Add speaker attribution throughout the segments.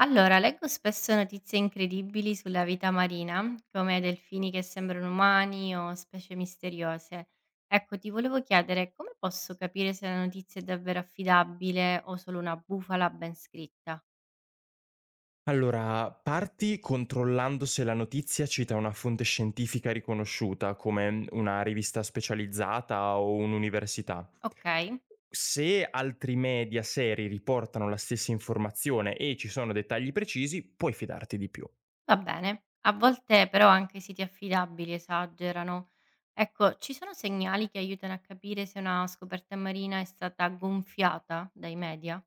Speaker 1: Allora, leggo spesso notizie incredibili sulla vita marina, come delfini che sembrano umani o specie misteriose. Ecco, ti volevo chiedere come posso capire se la notizia è davvero affidabile o solo una bufala ben scritta?
Speaker 2: Allora, parti controllando se la notizia cita una fonte scientifica riconosciuta, come una rivista specializzata o un'università.
Speaker 1: Ok,
Speaker 2: Se altri media seri riportano la stessa informazione e ci sono dettagli precisi, puoi fidarti di più.
Speaker 1: va bene. A volte però anche siti affidabili esagerano. Ecco, ci sono segnali che aiutano a capire se una scoperta marina è stata gonfiata dai media?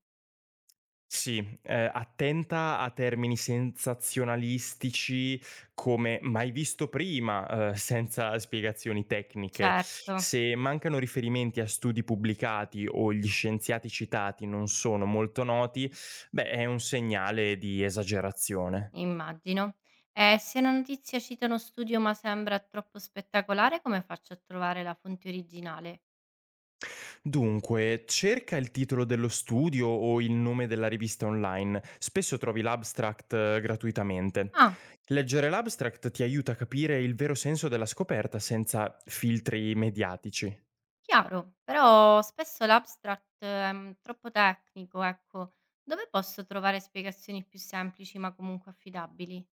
Speaker 2: Sì, attenta a termini sensazionalistici come "mai visto prima", senza spiegazioni tecniche.
Speaker 1: Certo.
Speaker 2: Se mancano riferimenti a studi pubblicati o gli scienziati citati non sono molto noti, beh, è un segnale di esagerazione.
Speaker 1: Immagino. E se una notizia cita uno studio ma sembra troppo spettacolare, come faccio a trovare la fonte originale?
Speaker 2: Dunque, cerca il titolo dello studio o il nome della rivista online. Spesso trovi l'abstract gratuitamente.
Speaker 1: Ah,
Speaker 2: Leggere l'abstract ti aiuta a capire il vero senso della scoperta senza filtri mediatici.
Speaker 1: chiaro, però spesso l'abstract è troppo tecnico, ecco. Dove posso trovare spiegazioni più semplici ma comunque affidabili?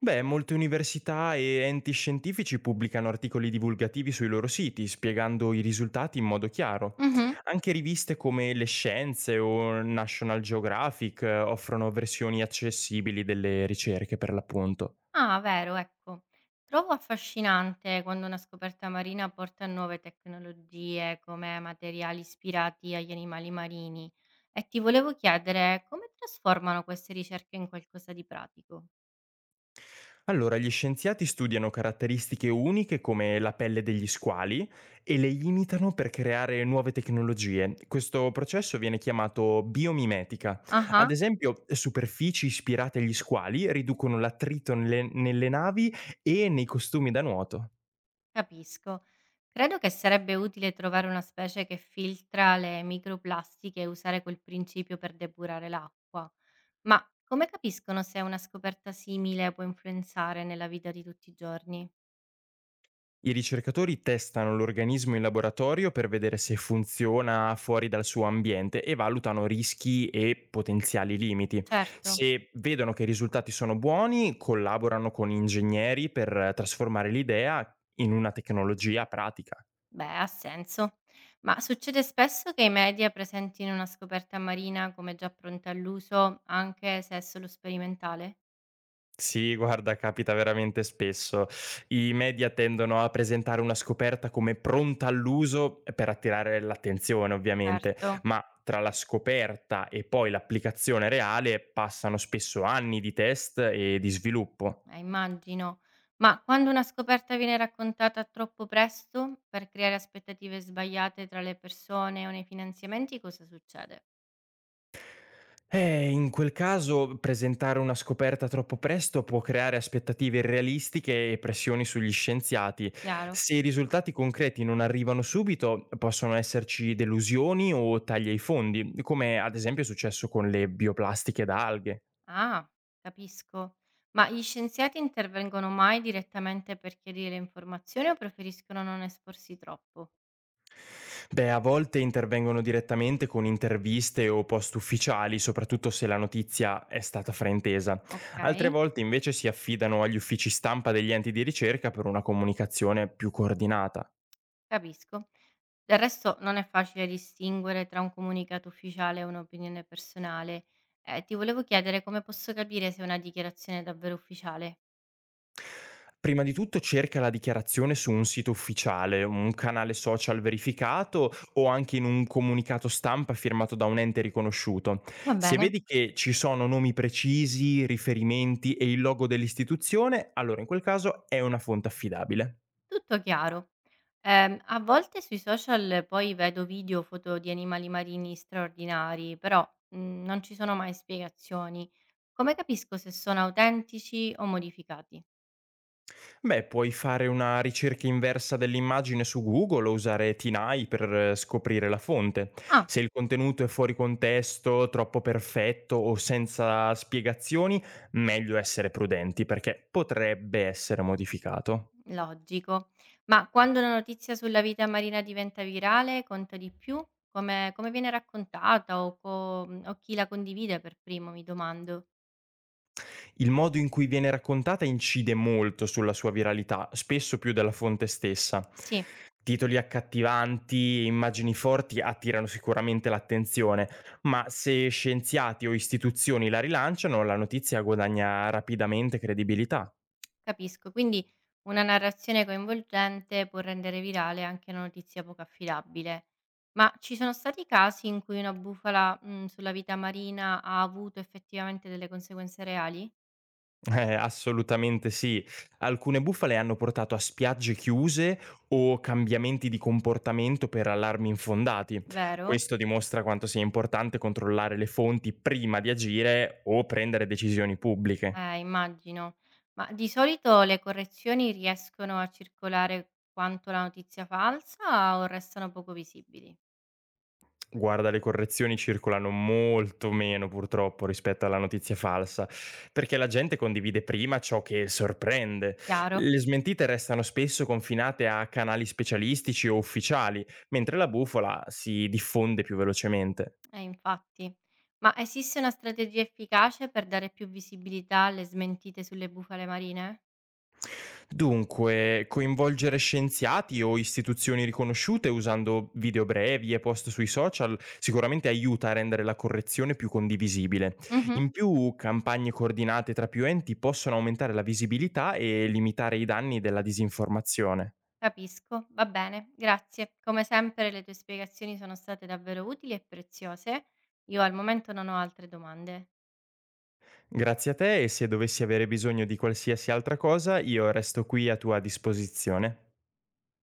Speaker 2: Beh, molte università e enti scientifici pubblicano articoli divulgativi sui loro siti, spiegando i risultati in modo chiaro.
Speaker 1: Mhm.
Speaker 2: Anche riviste come Le Scienze o National Geographic offrono versioni accessibili delle ricerche, per l'appunto.
Speaker 1: Ah, vero, ecco. Trovo affascinante quando una scoperta marina porta a nuove tecnologie come materiali ispirati agli animali marini e ti volevo chiedere come trasformano queste ricerche in qualcosa di pratico.
Speaker 2: Allora, gli scienziati studiano caratteristiche uniche come la pelle degli squali e le imitano per creare nuove tecnologie. Questo processo viene chiamato biomimetica. Ad
Speaker 1: Ah,
Speaker 2: esempio, superfici ispirate agli squali riducono l'attrito nelle navi e nei costumi da nuoto.
Speaker 1: capisco. Credo che sarebbe utile trovare una specie che filtra le microplastiche e usare quel principio per depurare l'acqua. Ma come capiscono se una scoperta simile può influenzare nella vita di tutti i giorni?
Speaker 2: I ricercatori testano l'organismo in laboratorio per vedere se funziona fuori dal suo ambiente e valutano rischi e potenziali limiti.
Speaker 1: Certo.
Speaker 2: Se vedono che i risultati sono buoni, collaborano con ingegneri per trasformare l'idea in una tecnologia pratica.
Speaker 1: Beh, ha senso. Ma succede spesso che i media presentino una scoperta marina come già pronta all'uso, anche se è solo sperimentale?
Speaker 2: Sì, guarda, capita veramente spesso. I media tendono a presentare una scoperta come pronta all'uso per attirare l'attenzione, ovviamente,
Speaker 1: Certo,
Speaker 2: ma tra la scoperta e poi l'applicazione reale passano spesso anni di test e di sviluppo.
Speaker 1: immagino. Ma quando una scoperta viene raccontata troppo presto per creare aspettative sbagliate tra le persone o nei finanziamenti, cosa succede?
Speaker 2: In quel caso presentare una scoperta troppo presto può creare aspettative irrealistiche e pressioni sugli scienziati.
Speaker 1: Chiaro?
Speaker 2: Se i risultati concreti non arrivano subito, possono esserci delusioni o tagli ai fondi, come ad esempio è successo con le bioplastiche da alghe.
Speaker 1: Ah, capisco. Ma gli scienziati intervengono mai direttamente per chiarire informazioni o preferiscono non esporsi troppo?
Speaker 2: Beh, a volte intervengono direttamente con interviste o post ufficiali, soprattutto se la notizia è stata fraintesa. Altre
Speaker 1: Ok.
Speaker 2: volte invece si affidano agli uffici stampa degli enti di ricerca per una comunicazione più coordinata.
Speaker 1: Capisco. Del resto non è facile distinguere tra un comunicato ufficiale e un'opinione personale. Ti volevo chiedere come posso capire se una dichiarazione è davvero ufficiale.
Speaker 2: Prima di tutto cerca la dichiarazione su un sito ufficiale, un canale social verificato o anche in un comunicato stampa firmato da un ente riconosciuto.
Speaker 1: Va
Speaker 2: Se
Speaker 1: bene,
Speaker 2: vedi che ci sono nomi precisi, riferimenti e il logo dell'istituzione, allora in quel caso è una fonte affidabile.
Speaker 1: tutto chiaro. A volte sui social poi vedo video o foto di animali marini straordinari, però non ci sono mai spiegazioni. Come capisco se sono autentici o modificati?
Speaker 2: Beh, puoi fare una ricerca inversa dell'immagine su Google o usare Tinai per scoprire la fonte.
Speaker 1: Ah,
Speaker 2: Se il contenuto è fuori contesto, troppo perfetto o senza spiegazioni, meglio essere prudenti perché potrebbe essere modificato.
Speaker 1: logico. Ma quando una notizia sulla vita marina diventa virale, conta di più? Come viene raccontata o, o chi la condivide per primo, mi domando.
Speaker 2: Il modo in cui viene raccontata incide molto sulla sua viralità, spesso più della fonte stessa.
Speaker 1: Sì,
Speaker 2: Titoli accattivanti e immagini forti attirano sicuramente l'attenzione, ma se scienziati o istituzioni la rilanciano, la notizia guadagna rapidamente credibilità.
Speaker 1: capisco. Quindi una narrazione coinvolgente può rendere virale anche una notizia poco affidabile. Ma ci sono stati casi in cui una bufala, sulla vita marina ha avuto effettivamente delle conseguenze reali?
Speaker 2: Assolutamente sì. Alcune bufale hanno portato a spiagge chiuse o cambiamenti di comportamento per allarmi infondati.
Speaker 1: Vero?
Speaker 2: Questo dimostra quanto sia importante controllare le fonti prima di agire o prendere decisioni pubbliche.
Speaker 1: Immagino. Ma di solito le correzioni riescono a circolare quanto la notizia falsa o restano poco visibili?
Speaker 2: Guarda, le correzioni circolano molto meno purtroppo rispetto alla notizia falsa, perché la gente condivide prima ciò che sorprende.
Speaker 1: Chiaro?
Speaker 2: Le smentite restano spesso confinate a canali specialistici o ufficiali, mentre la bufola si diffonde più velocemente.
Speaker 1: Infatti. Ma esiste una strategia efficace per dare più visibilità alle smentite sulle bufale marine?
Speaker 2: Dunque, coinvolgere scienziati o istituzioni riconosciute usando video brevi e post sui social sicuramente aiuta a rendere la correzione più condivisibile.
Speaker 1: Mhm,
Speaker 2: In più, campagne coordinate tra più enti possono aumentare la visibilità e limitare i danni della disinformazione.
Speaker 1: capisco, va bene, grazie. Come sempre le tue spiegazioni sono state davvero utili e preziose. Io al momento non ho altre domande.
Speaker 2: Grazie a te e se dovessi avere bisogno di qualsiasi altra cosa, io resto qui a tua disposizione.